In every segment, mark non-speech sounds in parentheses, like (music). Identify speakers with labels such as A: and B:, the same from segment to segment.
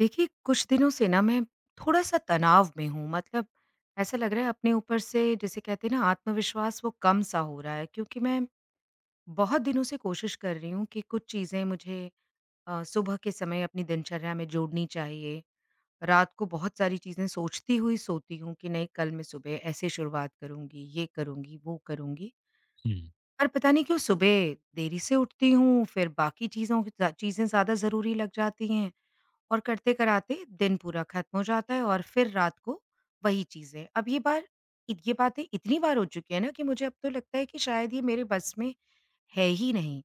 A: देखिए, कुछ दिनों से ना मैं थोड़ा-सा तनाव में हूँ। मतलब ऐसा लग रहा है अपने ऊपर से जिसे कहते हैं ना आत्मविश्वास वो कम-सा हो रहा है क्योंकि मैं बहुत दिनों से कोशिश कर रही हूँ कि कुछ चीज़ें मुझे सुबह के समय अपनी दिनचर्या में जोड़नी चाहिए। रात को बहुत सारी चीज़ें सोचती हुई सोती हूँ कि नहीं कल मैं सुबह ऐसे शुरुआत करूँगी, ये करूँगी, वो करूँगी।
B: हुँ,
A: पर पता नहीं क्यों सुबह देरी से उठती हूँ, फिर बाकी चीज़ों की ज़ा चीज़ें ज़्यादा ज़रूरी लग जाती हैं। और करते कराते दिन पूरा खत्म हो जाता है और फिर रात को वही चीज़ें। अब ये बार ये बातें इतनी बार हो चुकी है ना कि मुझे अब तो लगता है कि शायद ये मेरे बस में है ही नहीं।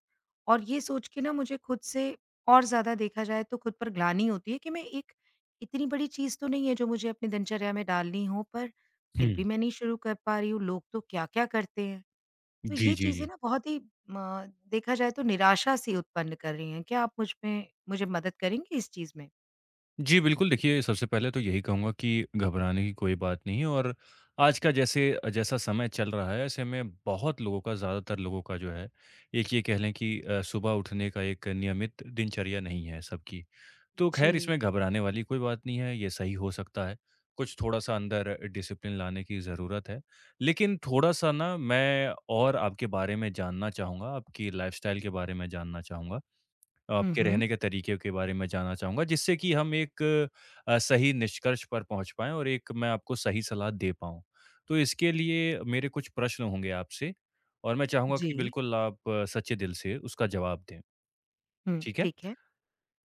A: और ये सोच के ना मुझे खुद से और ज़्यादा देखा जाए तो खुद पर ग्लानि होती है कि मैं एक इतनी बड़ी चीज़ तो नहीं है जो मुझे अपनी दिनचर्या में डालनी हो पर फिर
B: हुँ।
A: भी मैं नहीं शुरू कर पा रही हूँ, लोग तो क्या-क्या करते हैं। तो
B: जी,
A: ये
B: जी, जी।
A: चीज़ें ना बहुत ही म देखा जाए तो निराशा सी उत्पन्न कर रही हैं। क्या आप मुझे मदद करेंगे इस चीज़ में?
B: जी, बिल्कुल देखिए, सबसे पहले तो यही कहूँगा कि घबराने की कोई बात नहीं है। और आज का जैसे जैसा समय चल रहा है, ऐसे में बहुत लोगों का, ज़्यादातर लोगों का जो है, एक ये कह लें कि सुबह उठने का एक नियमित दिनचर्या नहीं है सबकी। तो ख़ैर, इसमें
A: जी।
B: घबराने वाली कोई बात नहीं है, ये सही हो सकता है। कुछ थोड़ा-सा अंदर डिसिप्लिन लाने की ज़रूरत है। लेकिन थोड़ा-सा ना मैं और आपके बारे में जानना चाहूँगा, आपकी लाइफ़स्टाइल के बारे में जानना चाहूँगा।
A: हुँ,
B: आपके
A: हुँ।
B: रहने के तरीके के बारे में जानना चाहूँगा, जिससे कि हम एक सही निष्कर्ष पर पहुँच पाएँ, और एक मैं आपको सही सलाह दे पाऊँ। तो इसके लिए मेरे कुछ प्रश्न होंगे आपसे, और मैं चाहूँगा
A: जी।
B: कि बिल्कुल आप सच्चे दिल से उसका जवाब दें,
A: हुँ,
B: ठीक है?
A: ठीक है।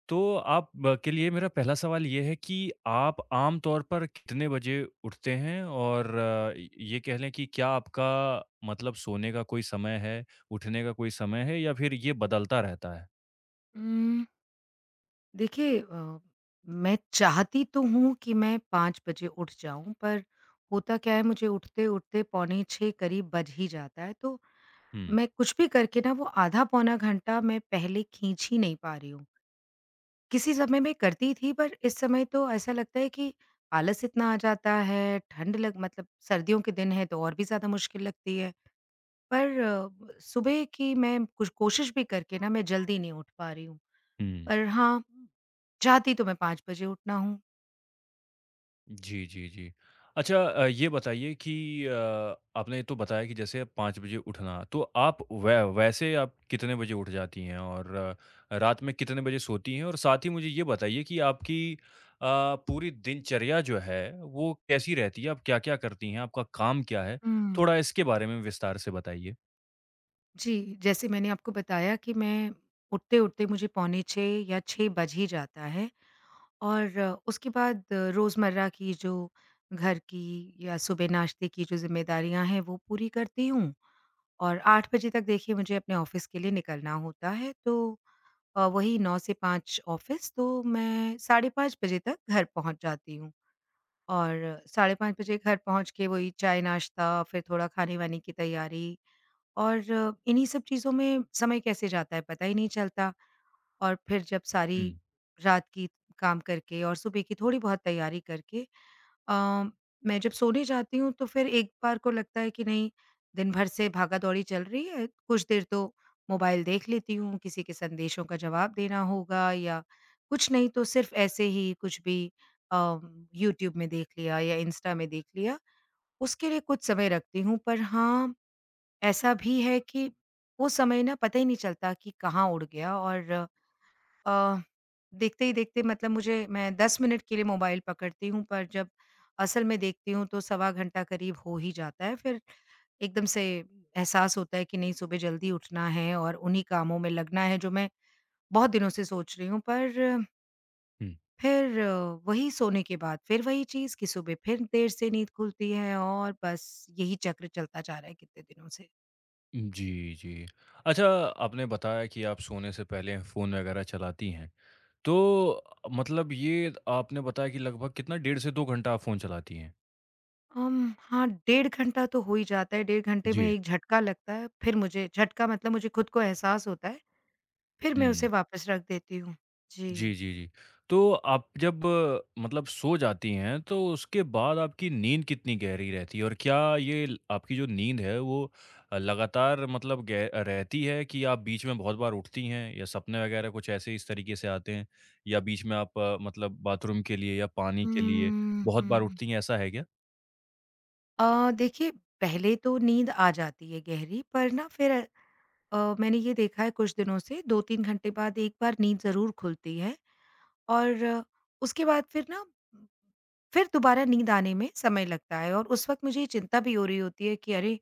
B: तो आप ब के लिए मेरा पहला सवाल ये है कि आप आम तौर पर कितने बजे उठते हैं? और य ये कह लें कि क्या आपका मतलब सोने का कोई समय है, उठने का कोई समय है, या फिर ये बदलता रहता है?
A: उम, देखिए मैं चाहती तो हूँ कि मैं 5 बजे उठ जाऊँ, पर होता क्या है मुझे उठते-उठते पौने 6 करीब बज ही जाता है, तो
B: हुँ,
A: मैं कुछ भी करके ना वो आधा पौना घंटा मैं पहले खींच ही नहीं पा रही हूँ। किसी समय मैं करती थी पर इस समय तो ऐसा लगता है कि आलस इतना आ जाता है, ठंड लग मतलब सर्दियों के दिन है तो और भी ज़्यादा मुश्किल लगती है। पर अ, ब सुबह की मैं कुछ कोशिश भी करके ना मैं जल्दी नहीं उठ पा रही हूँ।
B: हुँ।
A: पर हाँ, चाहती तो मैं 5 बजे उठना हूँ।
B: जी, जी, जी। अच्छा ये बताइए कि अ, आपने तो बताया कि जैसे 5 बजे उठना, तो आप वै वैसे आप कितने बजे उठ जाती हैं, और रात में कितने बजे सोती हैं? और साथ ही मुझे ये बताइए कि आपकी अ, पूरी दिनचर्या जो है, वो कैसी रहती है? आप क्या-क्या करती हैं? आपका काम क्या है? थोड़ा
A: हुँ।
B: इसके बारे में विस्तार से बताइए।
A: जी, जैसे मैंने आपको बताया कि मैं उठते-उठते मुझे पौने 6 या 6 बज ही जाता है और उसके बाद रोज़मर्रा की जो घर की या सुबह नाश्ते की जो ज़िम्मेदारियाँ हैं, वो पूरी करती हूँ और 8 बजे तक देखिए मुझे अपने ऑफ़िस के लिए निकलना होता है, तो वही 9 से 5 ऑफ़िस तो मैं साढ़े 5 बजे तक घर पहुँच जाती हूँ। और साढ़े 5 बजे घर पहुँच के वही चाय-नाश्ता फिर थोड़ा खाने-वाने की तैयारी और इन्हीं सब चीज़ों में समय कैसे जाता है पता ही नहीं चलता। और फिर जब सारी
B: हुँ,
A: रात की काम करके और सुबह की थोड़ी बहुत तैयारी करके अ, मैं जब सोने जाती हूँ तो फिर एक बार को लगता है कि नहीं दिन भर से भागा-दौड़ी चल रही है, कुछ देर तो मोबाइल देख लेती हूँ, किसी के संदेशों का जवाब देना होगा या कुछ नहीं तो सिर्फ ऐसे ही कुछ भी अ, यूट्यूब में देख लिया या इंस्टा में देख लिया, उसके लिए कुछ समय रखती हूँ। पर हाँ, ऐसा भी है कि वो समय ना पता ही नहीं चलता कि कहाँ उड़ गया और अ, देखते ही देखते मतलब मुझे मैं 10 मिनट के लिए मोबाइल पकड़ती हूँ, पर जब असल में देखती हूँ तो सवा घंटा करीब हो ही जाता है। फिर एकदम से एहसास होता है कि नहीं सुबह जल्दी उठना है और उन्हीं कामों में लगना है जो मैं बहुत दिनों से सोच रही हूँ। पर
B: हुँ।
A: फिर वही सोने के बाद फिर वही चीज़ कि सुबह फिर देर से नींद खुलती है और बस यही चक्र चलता जा रहा है कितने दिनों से।
B: जी, जी। अच्छा, आपने बताया कि आप सोने से पहले फ़ोन वग़ैरह चलाती हैं। तो मतलब, ये आपने बताया कि लगभग कितना, डेढ़ से 2 घंटा आप फ़ोन चलाती हैं?
A: हाँ, डेढ़ घंटा तो हो ही जाता है, डेढ़ घंटे में
B: जी।
A: एक झटका लगता है, फिर मुझे झटका मतलब मुझे खुद को एहसास होता है, फिर मैं उसे
B: हुँ।
A: वापस रख देती हूँ। जी।
B: जी, जी, जी। तो आप जब मतलब सो जाती हैं, तो उसके बाद आपकी नींद कितनी गहरी रहती है? और क्या ये ल आपकी जो नींद है वो लगातार मतलब गह रहती है, कि आप बीच में बहुत बार उठती हैं, या सपने वगैरह कुछ ऐसे इस तरीके से आते हैं? या बीच में आप मतलब बाथरूम के लिए या पानी के लिए
A: हुँ,
B: बहुत बार
A: हुँ।
B: उठती हैं, ऐसा है क्या?
A: देखिए पहले तो नींद आ जाती है गहरी, पर ना फिर मैंने ये देखा है कुछ दिनों से 2-3 घंटे बाद एक बार नींद ज़रूर खुलती है और उसके बाद फिर ना फिर दोबारा नींद आने में समय लगता है और उस वक्त मुझे ये चिंता भी हो रही होती है कि अरे!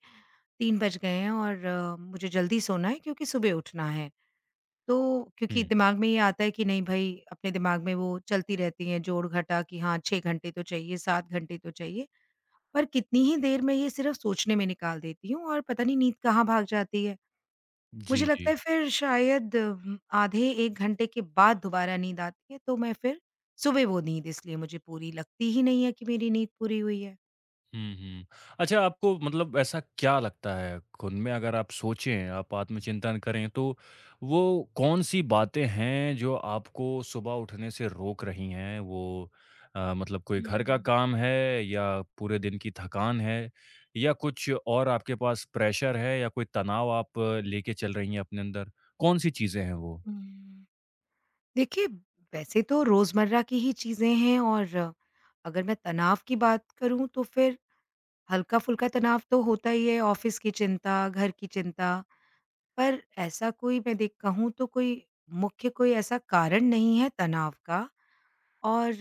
A: 3 बज गए हैं और मुझे जल्दी सोना है क्योंकि सुबह उठना है। तो क्योंकि
B: हुँ।
A: दिमाग में ये आता है कि नहीं भई अपने दिमाग में वो चलती रहती है जोड़-घटा कि हाँ 6 घंटे तो चाहिए, 7 घंटे तो चाहिए। पर कितनी ही देर में ये सिर्फ़ सोचने में निकाल देती हूँ और पता नहीं नींद कहाँ भाग जाती है। मुझे
B: जी,
A: लगता
B: जी।
A: है फिर शायद आधे 1 घंटे के बाद दोबारा नींद आती है तो मैं फिर सुबह वो नींद इसलिए मुझे पूरी लगती ही नहीं है कि मेरी नींद पूरी हुई है।
B: हुँ, हुँ। अच्छा, आपको मतलब ऐसा क्या लगता है खुद में? अगर आप सोचें, आप आत्मचिंतन करें, तो वो कौन-सी बातें हैं जो आपको सुबह उठने से रोक रही हैं? वो मतलब कोई घर का
A: हुँ,
B: काम है, या पूरे दिन की थकान है, या कुछ और आपके पास प्रेशर है, या कोई तनाव आप लेके चल रही हैं अपने अंदर? कौन-सी चीज़ें हैं वो?
A: हुँ। देखिए, वैसे तो रोज़मर्रा की ही चीज़ें हैं और अगर मैं तनाव की बात करूँ तो फिर हल्का-फुल्का तनाव तो होता ही है, ऑफ़िस की चिंता, घर की चिंता। पर ऐसा कोई मैं देख कहूँ तो कोई मुख्य कोई ऐसा कारण नहीं है तनाव का और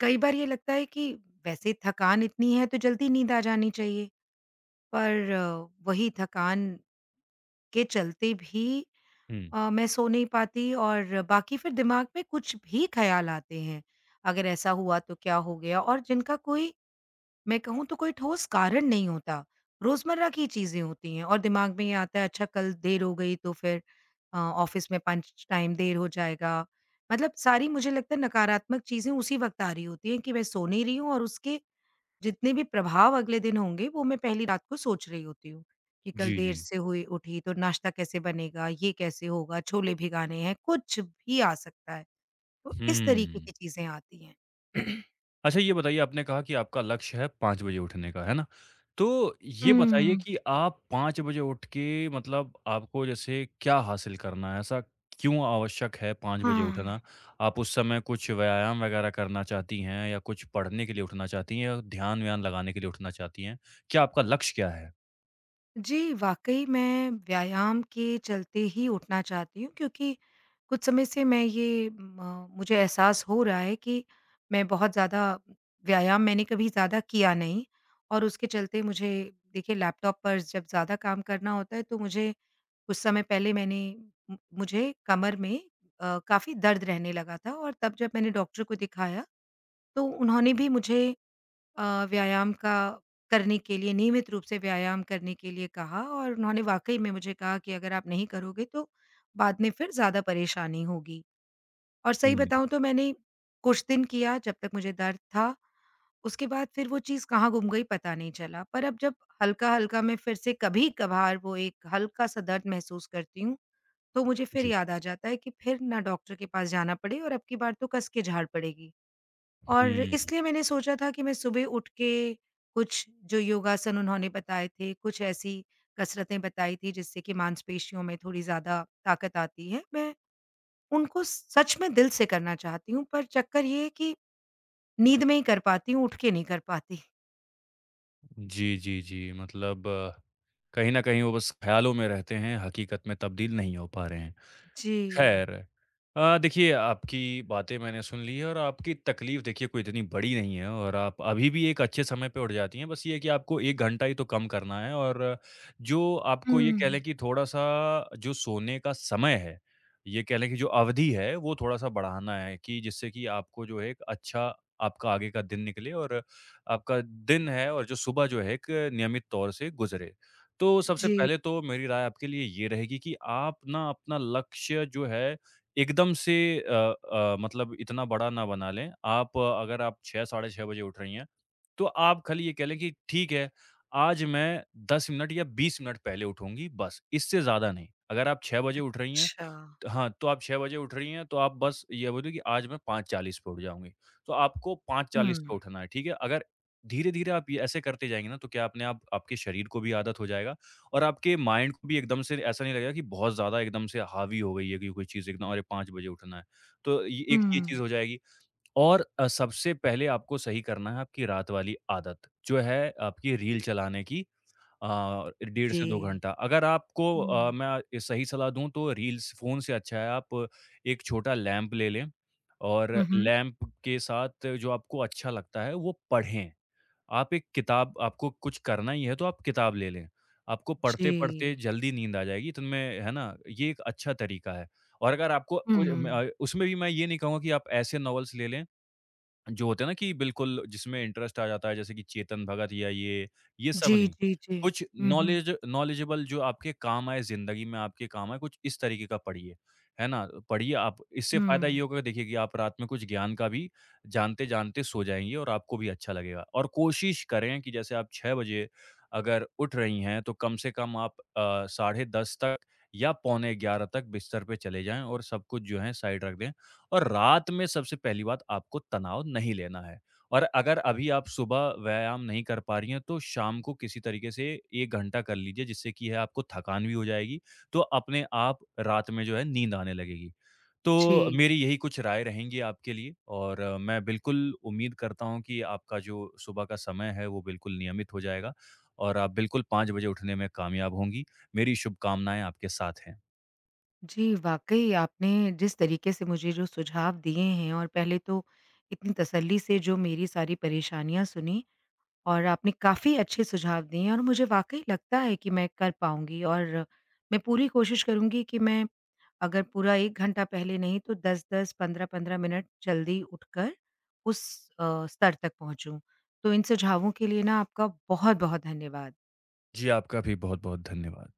A: कई बार ये लगता है कि वैसे थकान इतनी है तो जल्दी नींद आ जानी चाहिए, पर वही थकान के चलते भी
B: हुँ।
A: मैं सो नहीं पाती और बाकी फिर दिमाग में कुछ भी ख़्याल आते हैं। अगर ऐसा हुआ तो क्या हो गया? और जिनका कोई मैं कहूँ तो कोई ठोस कारण नहीं होता। रोज़मर्रा की चीज़ें होती हैं और दिमाग में ये आता है अच्छा कल देर हो गई तो फिर ऑफ़िस में पंच टाइम देर हो जाएगा। मतलब सारी मुझे लगता है नकारात्मक चीज़ें उसी वक़्त आ रही होती हैं कि मैं सो नहीं रही हूँ और उसके जितने भी प्रभाव अगले दिन होंगे वो मैं पहली रात को सोच रही होती हूँ, कि कल
B: जी,
A: देर
B: जी।
A: से हुई उठी तो नाश्ता कैसे बनेगा, ये कैसे होगा, छोले भिगाने हैं, कुछ भी आ सकता है। तो इस तरीके
B: हुँ।
A: की चीज़ें आती हैं। (clears throat)
B: अच्छा ये बताइए, आपने कहा कि आपका लक्ष्य है 5 बजे उठने का, है ना? तो ये बताइए
A: हुँ,
B: कि आप 5 बजे उठ के मतलब आपको जैसे क्या हासिल करना है? ऐसा क्यों आवश्यक है 5 बजे
A: हाँ।
B: उठना? आप उस समय कुछ व्यायाम वगैरह करना चाहती हैं, या कुछ पढ़ने के लिए उठना चाहती हैं, या ध्यान-व्यान लगाने के लिए उठना चाहती हैं? क्या आपका लक्ष्य क्या है?
A: जी, वाक़ई मैं व्यायाम के चलते ही उठना चाहती हूँ क्योंकि कुछ समय से मैं ये म मुझे एहसास हो रहा है कि मैं बहुत ज़्यादा व्यायाम मैंने कभी ज़्यादा किया नहीं और उसके चलते मुझे देखिए लैपटॉप पर जब ज़्यादा काम करना होता है तो मुझे कुछ समय पहले मैंने मु मुझे कमर में काफ़ी दर्द रहने लगा था और तब जब मैंने डॉक्टर को दिखाया, तो उन्होंने भी मुझे व्यायाम का करने के लिए नियमित रूप से व्यायाम करने के लिए कहा और उन्होंने वाक़ई में मुझे कहा कि अगर आप नहीं करोगे तो बाद में फिर ज़्यादा परेशानी होगी। और सही
B: हुँ,
A: बताऊँ तो मैंने कुछ दिन किया जब तक मुझे दर्द था, उसके बाद फिर वो चीज़ कहाँ गुम गई पता नहीं चला। पर अब जब हल्का-हल्का मैं फिर से कभी-कभार वो एक हल्का-सा दर्द महसूस करती हूँ, तो मुझे फिर
B: जी।
A: याद आ जाता है कि फिर ना डॉक्टर के पास जाना पड़े और अब की बार तो कस के झाड़ पड़ेगी। और
B: हुँ।
A: इसलिए मैंने सोचा था कि मैं सुबह उठ के कुछ जो योगासन उन्होंने बताए थे, कुछ ऐसी कसरतें बताई थी जिससे कि मांसपेशियों में थोड़ी ज़्यादा ताकत आती है। मैं उनको सच में दिल से करना चाहती हूँ, पर चक्कर ये है कि नींद में ही कर पाती हूँ, उठ के नहीं कर पाती।
B: जी, जी, जी। मतलब कहीं न कहीं वो बस ख़्यालों में रहते हैं, हकीकत में तब्दील नहीं हो पा रहे हैं।
A: जी।
B: खैर, देखिए आपकी बातें मैंने सुन ली है, और आपकी तकलीफ़ देखिए कोई इतनी बड़ी नहीं है, और आप अभी भी एक अच्छे समय पे उठ जाती हैं। बस ये है कि आपको 1 घंटा ही तो कम करना है। और जो आपको ये कह
A: हुँ।
B: लें कि थोड़ा-सा, जो सोने का समय है, ये कह लें कि जो अवधि है वो थोड़ा-सा बढ़ाना है, कि जिससे कि आपको जो है एक अच्छा आपका आगे का दिन निकले, और आपका दिन है, और जो सुबह जो है एक नियमित तौर से गुज़रे। तो सबसे
A: जी।
B: पहले तो मेरी राय आपके लिए ये रहेगी कि आप ना अपना लक्ष्य जो है एकदम से मतलब इतना बड़ा ना बना लें। आप अगर आप 6, साढ़े 6 बजे उठ रही हैं, तो आप खाली ये कह लें कि ठीक है, आज मैं 10 मिनट या 20 मिनट पहले उठूँगी बस, इससे ज़्यादा नहीं। अगर आप 6 बजे उठ रही हैं,
A: अच्छा।
B: हाँ, तो आप 6 बजे उठ रही हैं, तो आप बस ये बोलिए कि आज मैं 5:40 पे उठ जाऊँगी। तो आपको 5:40 पे
A: हुँ।
B: उठना है, ठीक है? अगर धीरे-धीरे आप ये ऐसे करते जाएँगे ना, तो क्या अपने आप आपके शरीर को भी आदत हो जाएगा, और आपके माइंड को भी एकदम से ऐसा नहीं लगेगा कि बहुत ज़्यादा एकदम से हावी हो गई है, कि कोई चीज़ एकदम, अरे 5 बजे उठना है। तो ये एक ये चीज़
A: हुँ।
B: हो जाएगी। और सबसे पहले आपको सही करना है आपकी रात वाली आदत, जो है आपकी रील चलाने की डेढ़ से 2
A: जी।
B: घंटा। अगर आपको
A: हुँ।
B: मैं ए सही सलाह दूँ, तो रील्स फ़ोन से अच्छा है आप एक छोटा लैंप ले लें,
A: हुँ,
B: और
A: हुँ।
B: लैंप के साथ जो आपको अच्छा लगता है वो पढ़ें। आप एक किताब, आपको कुछ करना ही है तो आप किताब ले लें। आपको पढ़ते-पढ़ते
A: जी।
B: जल्दी नींद आ जाएगी तो इनमें, है ना? ये एक अच्छा तरीका है। और अगर आपको कुछ
A: हुँ।
B: उसमें भी मैं ये नहीं कहूँगा कि आप ऐसे नॉवेल्स ले लें जो होते हैं ना कि बिल्कुल जिसमें इंटरेस्ट आ जाता है, जैसे कि चेतन भगत या ये सब
A: जी,
B: नहीं।
A: जी, जी।
B: कुछ
A: हुँ, हुँ।
B: नॉलेजेबल जो आपके काम आए, ज़िंदगी में आपके काम आए, कुछ इस तरीके का पढ़िए, है ना? पढ़िए, आप इससे फ़ायदा ये
A: हुँ।
B: होगा कि देखिए कि आप रात में कुछ ज्ञान का भी जानते-जानते सो जाएँगे, और आपको भी अच्छा लगेगा। और कोशिश करें कि जैसे आप 6 बजे अगर उठ रही हैं तो कम से कम आप साढ़े 10 तक या पौने 11 तक बिस्तर पे चले जाएँ, और सब कुछ जो है साइड रख दें। और रात में सबसे पहली बात आपको तनाव नहीं लेना है। और अगर अभी आप सुबह व्यायाम नहीं कर पा रही हैं, तो शाम को किसी तरीके से 1 घंटा कर लीजिए, जिससे कि है आपको थकान भी हो जाएगी, तो अपने आप रात में जो है नींद आने लगेगी। तो
A: जी।
B: मेरी यही कुछ राय रहेंगी आपके लिए, और मैं बिल्कुल उम्मीद करता हूँ कि आपका जो सुबह का समय है वो बिल्कुल नियमित हो जाएगा, और आप बिल्कुल 5 बजे उठने में कामयाब होंगी। मेरी शुभकामनाएँ आपके साथ हैं।
A: जी, वाक़ई आपने जिस तरीके से मुझे जो सुझाव दिए हैं और पहले तो इतनी तसल्ली से जो मेरी सारी परेशानियाँ सुनी और आपने काफ़ी अच्छे सुझाव दिए हैं और मुझे वाक़ई लगता है कि मैं कर पाऊँगी और मैं पूरी कोशिश करूँगी कि मैं अगर पूरा 1 घंटा पहले नहीं तो 10-10, 15-15 मिनट जल्दी उठकर उस स्तर तक पहुँचूँ। तो इन सुझावों के लिए ना आपका बहुत-बहुत धन्यवाद।
B: जी, आपका भी बहुत-बहुत धन्यवाद।